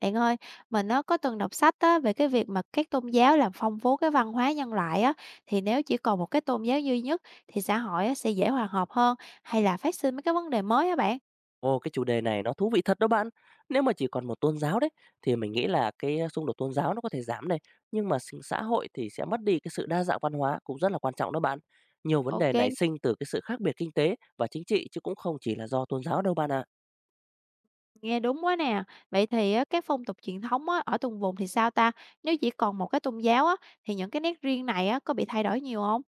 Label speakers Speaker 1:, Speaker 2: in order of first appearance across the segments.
Speaker 1: Bạn ơi, mình á, có từng đọc sách á, về cái việc mà các tôn giáo làm phong phú cái văn hóa nhân loại á, thì nếu chỉ còn một cái tôn giáo duy nhất thì xã hội á, sẽ dễ hòa hợp hơn hay là phát sinh mấy cái vấn đề mới á bạn?
Speaker 2: Ồ, cái chủ đề này nó thú vị thật đó bạn. Nếu mà chỉ còn một tôn giáo đấy thì mình nghĩ là cái xung đột tôn giáo nó có thể giảm này, nhưng mà sinh xã hội thì sẽ mất đi cái sự đa dạng văn hóa cũng rất là quan trọng đó bạn. Nhiều vấn đề
Speaker 1: Ok,
Speaker 2: nảy sinh từ cái sự khác biệt kinh tế và chính trị chứ cũng không chỉ là do tôn giáo đâu bạn ạ.
Speaker 1: nghe đúng quá nè. Vậy thì á, các phong tục truyền thống á, ở từng vùng thì sao ta? Nếu chỉ còn một cái tôn giáo á, thì những cái nét riêng này á, có bị thay đổi nhiều không?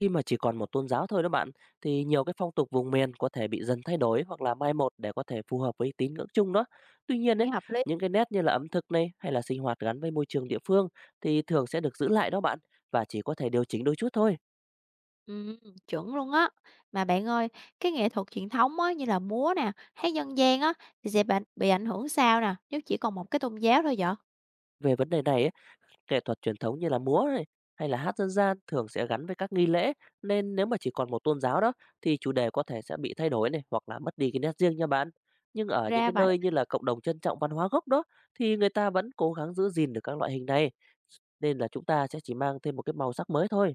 Speaker 2: Khi mà chỉ còn một tôn giáo thôi đó bạn, thì nhiều cái phong tục vùng miền có thể bị dần thay đổi hoặc là mai một để có thể phù hợp với tín ngưỡng chung đó. Tuy nhiên ấy,
Speaker 1: Nghe hợp lý.
Speaker 2: những cái nét như là ẩm thực này hay là sinh hoạt gắn với môi trường địa phương thì thường sẽ được giữ lại đó bạn, và chỉ có thể điều chỉnh đôi chút thôi.
Speaker 1: Ừm, chuẩn luôn á. Mà bạn ơi, cái nghệ thuật truyền thống á, như là múa nè, hát dân gian á, thì sẽ bạn bị ảnh hưởng sao nè, nếu chỉ còn một cái tôn giáo thôi vậy?
Speaker 2: Về vấn đề này ấy, nghệ thuật truyền thống như là múa này hay là hát dân gian thường sẽ gắn với các nghi lễ, nên nếu mà chỉ còn một tôn giáo đó thì chủ đề có thể sẽ bị thay đổi này, hoặc là mất đi cái nét riêng nha bạn. Nhưng ở những
Speaker 1: Ra
Speaker 2: cái
Speaker 1: vậy,
Speaker 2: nơi như là cộng đồng trân trọng văn hóa gốc đó, thì người ta vẫn cố gắng giữ gìn được các loại hình này. Nên là chúng ta sẽ chỉ mang thêm một cái màu sắc mới thôi.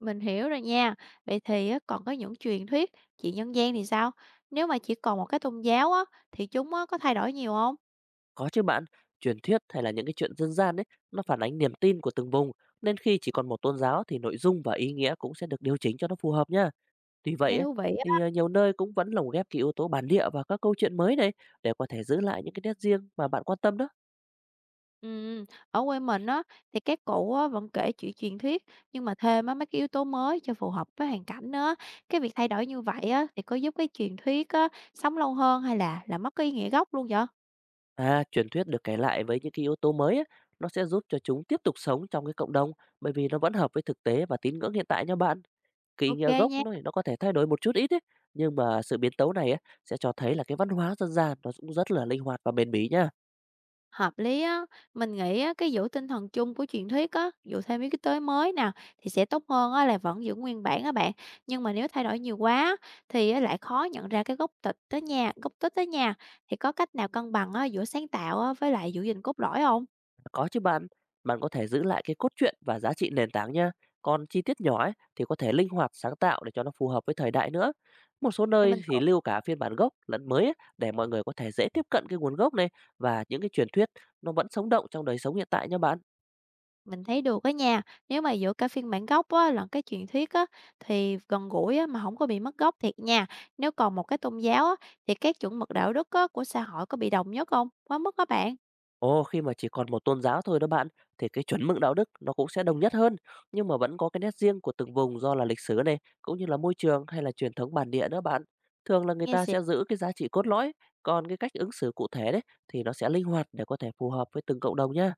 Speaker 1: mình hiểu rồi nha. Vậy thì á, còn có những truyền thuyết, chuyện dân gian thì sao? Nếu mà chỉ còn một cái tôn giáo á, thì chúng á, có thay đổi nhiều không?
Speaker 2: Có chứ bạn, truyền thuyết hay là những cái chuyện dân gian ấy nó phản ánh niềm tin của từng vùng, nên khi chỉ còn một tôn giáo thì nội dung và ý nghĩa cũng sẽ được điều chỉnh cho nó phù hợp nha. Tuy vậy
Speaker 1: Nghe
Speaker 2: ấy,
Speaker 1: thú vị á.
Speaker 2: thì nhiều nơi cũng vẫn lồng ghép cái yếu tố bản địa và các câu chuyện mới này để có thể giữ lại những cái nét riêng mà bạn quan tâm đó.
Speaker 1: Ừm, ở quê mình á, thì các cụ á, vẫn kể chuyện truyền thuyết nhưng mà thêm á, mấy cái yếu tố mới cho phù hợp với hoàn cảnh á. Cái việc thay đổi như vậy á, thì có giúp cái truyền thuyết á, sống lâu hơn hay là mất cái ý nghĩa gốc luôn vậy?
Speaker 2: À, truyền thuyết được kể lại với những cái yếu tố mới ấy, nó sẽ giúp cho chúng tiếp tục sống trong cái cộng đồng, bởi vì nó vẫn hợp với thực tế và tín ngưỡng hiện tại nha bạn. Cái ý
Speaker 1: Ok
Speaker 2: nghĩa gốc
Speaker 1: nha,
Speaker 2: nó thì nó có thể thay đổi một chút ít ấy, nhưng mà sự biến tấu này ấy, sẽ cho thấy là cái văn hóa dân gian nó cũng rất là linh hoạt và bền bỉ nha.
Speaker 1: hợp lý á. Mình nghĩ á, cái giữ tinh thần chung của truyền thuyết á, dù thêm mấy cái tới mới nào thì sẽ tốt hơn á, là vẫn giữ nguyên bản á bạn. Nhưng mà nếu thay đổi nhiều quá thì á, lại khó nhận ra cái gốc tích tới nhà. Thì có cách nào cân bằng á, giữa sáng tạo á, với lại giữ gìn cốt lõi không?
Speaker 2: Có chứ bạn, bạn có thể giữ lại cái cốt truyện và giá trị nền tảng nha. Còn chi tiết nhỏ ấy, thì có thể linh hoạt sáng tạo để cho nó phù hợp với thời đại nữa. Một số
Speaker 1: Để mình
Speaker 2: nơi thì lưu cả phiên bản gốc lẫn mới ấy, để mọi người có thể dễ tiếp cận cái nguồn gốc này, và những cái truyền thuyết nó vẫn sống động trong đời sống hiện tại nha bạn.
Speaker 1: Mình thấy được á nha, nếu mà giữa cả phiên bản gốc á, lẫn cái truyền thuyết á, thì gần gũi á, mà không có bị mất gốc thiệt nha. Nếu còn một cái tôn giáo á, thì các chuẩn mực đạo đức á, của xã hội có bị đồng nhất không? Quá mức các bạn.
Speaker 2: Ồ, khi mà chỉ còn một tôn giáo thôi đó bạn, thì cái chuẩn mực đạo đức nó cũng sẽ đồng nhất hơn, nhưng mà vẫn có cái nét riêng của từng vùng do là lịch sử này, cũng như là môi trường hay là truyền thống bản địa đó bạn. Thường là người
Speaker 1: Nghe
Speaker 2: ta
Speaker 1: xịt,
Speaker 2: sẽ giữ cái giá trị cốt lõi, còn cái cách ứng xử cụ thể đấy thì nó sẽ linh hoạt để có thể phù hợp với từng cộng đồng nhá.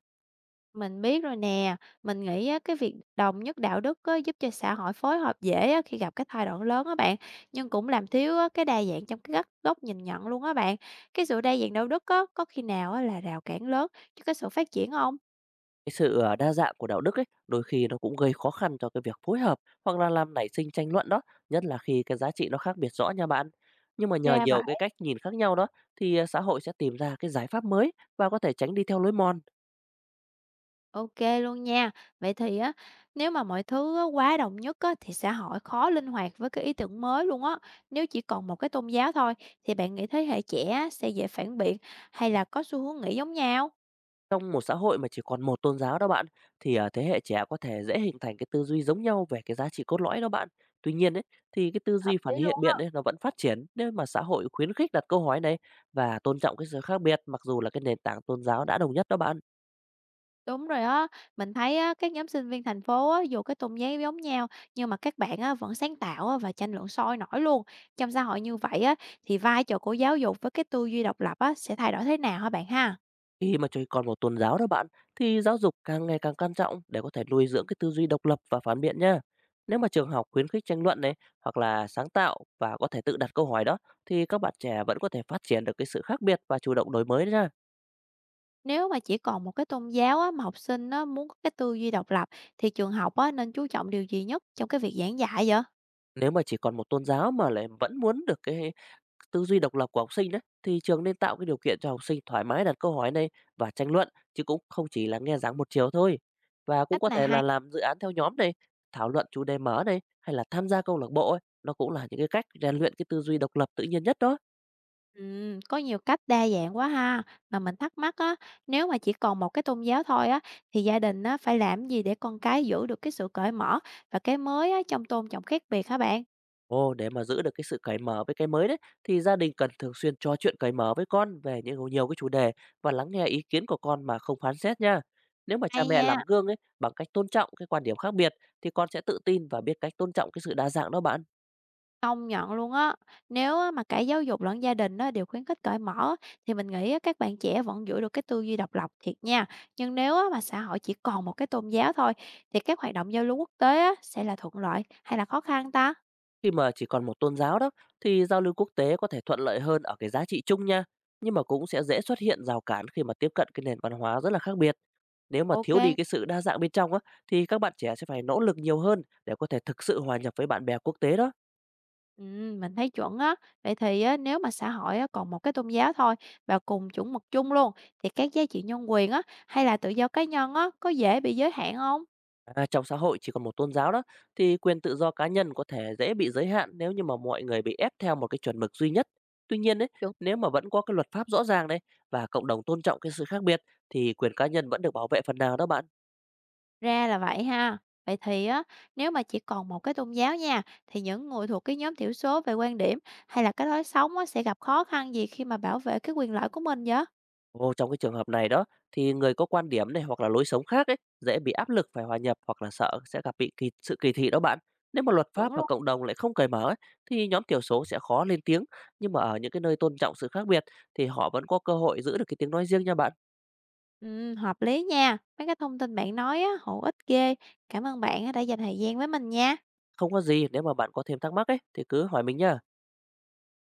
Speaker 1: mình biết rồi nè, mình nghĩ á, cái việc đồng nhất đạo đức á, giúp cho xã hội phối hợp dễ á, khi gặp cái thay đổi lớn á bạn, nhưng cũng làm thiếu á, cái đa dạng trong cái góc góc nhìn nhận luôn á bạn. Cái sự đa dạng đạo đức á, có khi nào á, là rào cản lớn cho cái sự phát triển không?
Speaker 2: Cái sự đa dạng của đạo đức ấy đôi khi nó cũng gây khó khăn cho cái việc phối hợp, hoặc là làm nảy sinh tranh luận đó, nhất là khi cái giá trị nó khác biệt rõ nha bạn. Nhưng mà nhờ
Speaker 1: Ra
Speaker 2: nhiều
Speaker 1: vậy.
Speaker 2: cái cách nhìn khác nhau đó, thì xã hội sẽ tìm ra cái giải pháp mới và có thể tránh đi theo lối mòn.
Speaker 1: OK luôn nha. Vậy thì á, nếu mà mọi thứ á quá đồng nhất á, thì xã hội khó linh hoạt với cái ý tưởng mới luôn á. Nếu chỉ còn một cái tôn giáo thôi, thì bạn nghĩ thế hệ trẻ á sẽ dễ phản biện hay là có xu hướng nghĩ giống nhau?
Speaker 2: Trong một xã hội mà chỉ còn một tôn giáo đó bạn, thì, thế hệ trẻ có thể dễ hình thành cái tư duy giống nhau về cái giá trị cốt lõi đó bạn. Tuy nhiên ấy, thì cái tư
Speaker 1: Hợp
Speaker 2: duy
Speaker 1: lý
Speaker 2: phản hiện
Speaker 1: luôn
Speaker 2: biện
Speaker 1: á.
Speaker 2: ấy, nó vẫn phát triển nếu mà xã hội khuyến khích đặt câu hỏi này, và tôn trọng cái sự khác biệt mặc dù là cái nền tảng tôn giáo đã đồng nhất đó bạn.
Speaker 1: Đúng rồi á, mình thấy á, các nhóm sinh viên thành phố á, dù cái tôn giáo giống nhau nhưng mà các bạn á, vẫn sáng tạo á, và tranh luận sôi nổi luôn. Trong xã hội như vậy á, thì vai trò của giáo dục với cái tư duy độc lập á, sẽ thay đổi thế nào hả bạn ha?
Speaker 2: Khi mà chỉ còn một tôn giáo đó bạn, thì giáo dục càng ngày càng quan trọng để có thể nuôi dưỡng cái tư duy độc lập và phản biện nha. Nếu mà trường học khuyến khích tranh luận này, hoặc là sáng tạo và có thể tự đặt câu hỏi đó, thì các bạn trẻ vẫn có thể phát triển được cái sự khác biệt và chủ động đổi mới đó.
Speaker 1: Nếu mà chỉ còn một cái tôn giáo á, mà học sinh á, muốn có cái tư duy độc lập thì trường học á, nên chú trọng điều gì nhất trong cái việc giảng dạy vậy?
Speaker 2: Nếu mà chỉ còn một tôn giáo mà lại vẫn muốn được cái tư duy độc lập của học sinh đấy, thì trường nên tạo cái điều kiện cho học sinh thoải mái đặt câu hỏi này và tranh luận, chứ cũng không chỉ là nghe giảng một chiều thôi. Và cũng
Speaker 1: Cách
Speaker 2: có
Speaker 1: này
Speaker 2: thể
Speaker 1: hay.
Speaker 2: là làm dự án theo nhóm này, thảo luận chủ đề mở này, hay là tham gia câu lạc bộ ấy, nó cũng là những cái cách rèn luyện cái tư duy độc lập tự nhiên nhất đó.
Speaker 1: Có nhiều cách đa dạng quá ha. Mà mình thắc mắc á, nếu mà chỉ còn một cái tôn giáo thôi á, thì gia đình á, phải làm gì để con cái giữ được cái sự cởi mở và cái mới á, trong tôn trọng khác biệt hả bạn?
Speaker 2: Ồ, để mà giữ được cái sự cởi mở với cái mới đấy, thì gia đình cần thường xuyên trò chuyện cởi mở với con về những nhiều cái chủ đề, và lắng nghe ý kiến của con mà không phán xét nha. Nếu mà cha
Speaker 1: Hay
Speaker 2: mẹ làm
Speaker 1: nha.
Speaker 2: gương ấy bằng cách tôn trọng cái quan điểm khác biệt, thì con sẽ tự tin và biết cách tôn trọng cái sự đa dạng đó bạn.
Speaker 1: Công nhận luôn á. Nếu á mà cả giáo dục lẫn gia đình á đều khuyến khích cởi mở thì mình nghĩ á các bạn trẻ vẫn giữ được cái tư duy độc lập thiệt nha. Nhưng nếu á mà xã hội chỉ còn một cái tôn giáo thôi thì các hoạt động giao lưu quốc tế á sẽ là thuận lợi hay là khó khăn ta?
Speaker 2: Khi mà chỉ còn một tôn giáo đó, thì giao lưu quốc tế có thể thuận lợi hơn ở cái giá trị chung nha, nhưng mà cũng sẽ dễ xuất hiện rào cản khi mà tiếp cận cái nền văn hóa rất là khác biệt. Nếu mà
Speaker 1: Ok.
Speaker 2: thiếu đi cái sự đa dạng bên trong á, thì các bạn trẻ sẽ phải nỗ lực nhiều hơn để có thể thực sự hòa nhập với bạn bè quốc tế đó.
Speaker 1: Ừ, mình thấy chuẩn á. Vậy thì á, nếu mà xã hội á, còn một cái tôn giáo thôi và cùng chuẩn mực chung luôn thì các giá trị nhân quyền á hay là tự do cá nhân á có dễ bị giới hạn không?
Speaker 2: À, trong xã hội chỉ còn một tôn giáo đó, thì quyền tự do cá nhân có thể dễ bị giới hạn nếu như mà mọi người bị ép theo một cái chuẩn mực duy nhất. Tuy nhiên đấy, nếu mà vẫn có cái luật pháp rõ ràng đấy và cộng đồng tôn trọng cái sự khác biệt, thì quyền cá nhân vẫn được bảo vệ phần nào đó bạn.
Speaker 1: Ra là vậy ha. Vậy thì á, nếu mà chỉ còn một cái tôn giáo nha, thì những người thuộc cái nhóm thiểu số về quan điểm hay là cái lối sống á, sẽ gặp khó khăn gì khi mà bảo vệ cái quyền lợi của mình vậy?
Speaker 2: Ồ, trong cái trường hợp này đó, thì người có quan điểm này hoặc là lối sống khác ấy dễ bị áp lực phải hòa nhập, hoặc là sợ sẽ gặp sự kỳ thị đó bạn. Nếu mà luật pháp
Speaker 1: Chuẩn
Speaker 2: và
Speaker 1: luôn.
Speaker 2: cộng đồng lại không cởi mở ấy, thì nhóm thiểu số sẽ khó lên tiếng, nhưng mà ở những cái nơi tôn trọng sự khác biệt thì họ vẫn có cơ hội giữ được cái tiếng nói riêng nha bạn.
Speaker 1: Ừ, hợp lý nha. Mấy cái thông tin bạn nói á, hữu ích ghê. Cảm ơn bạn á, đã dành thời gian với mình nha.
Speaker 2: Không có gì, nếu mà bạn có thêm thắc mắc ấy thì cứ hỏi mình nhá.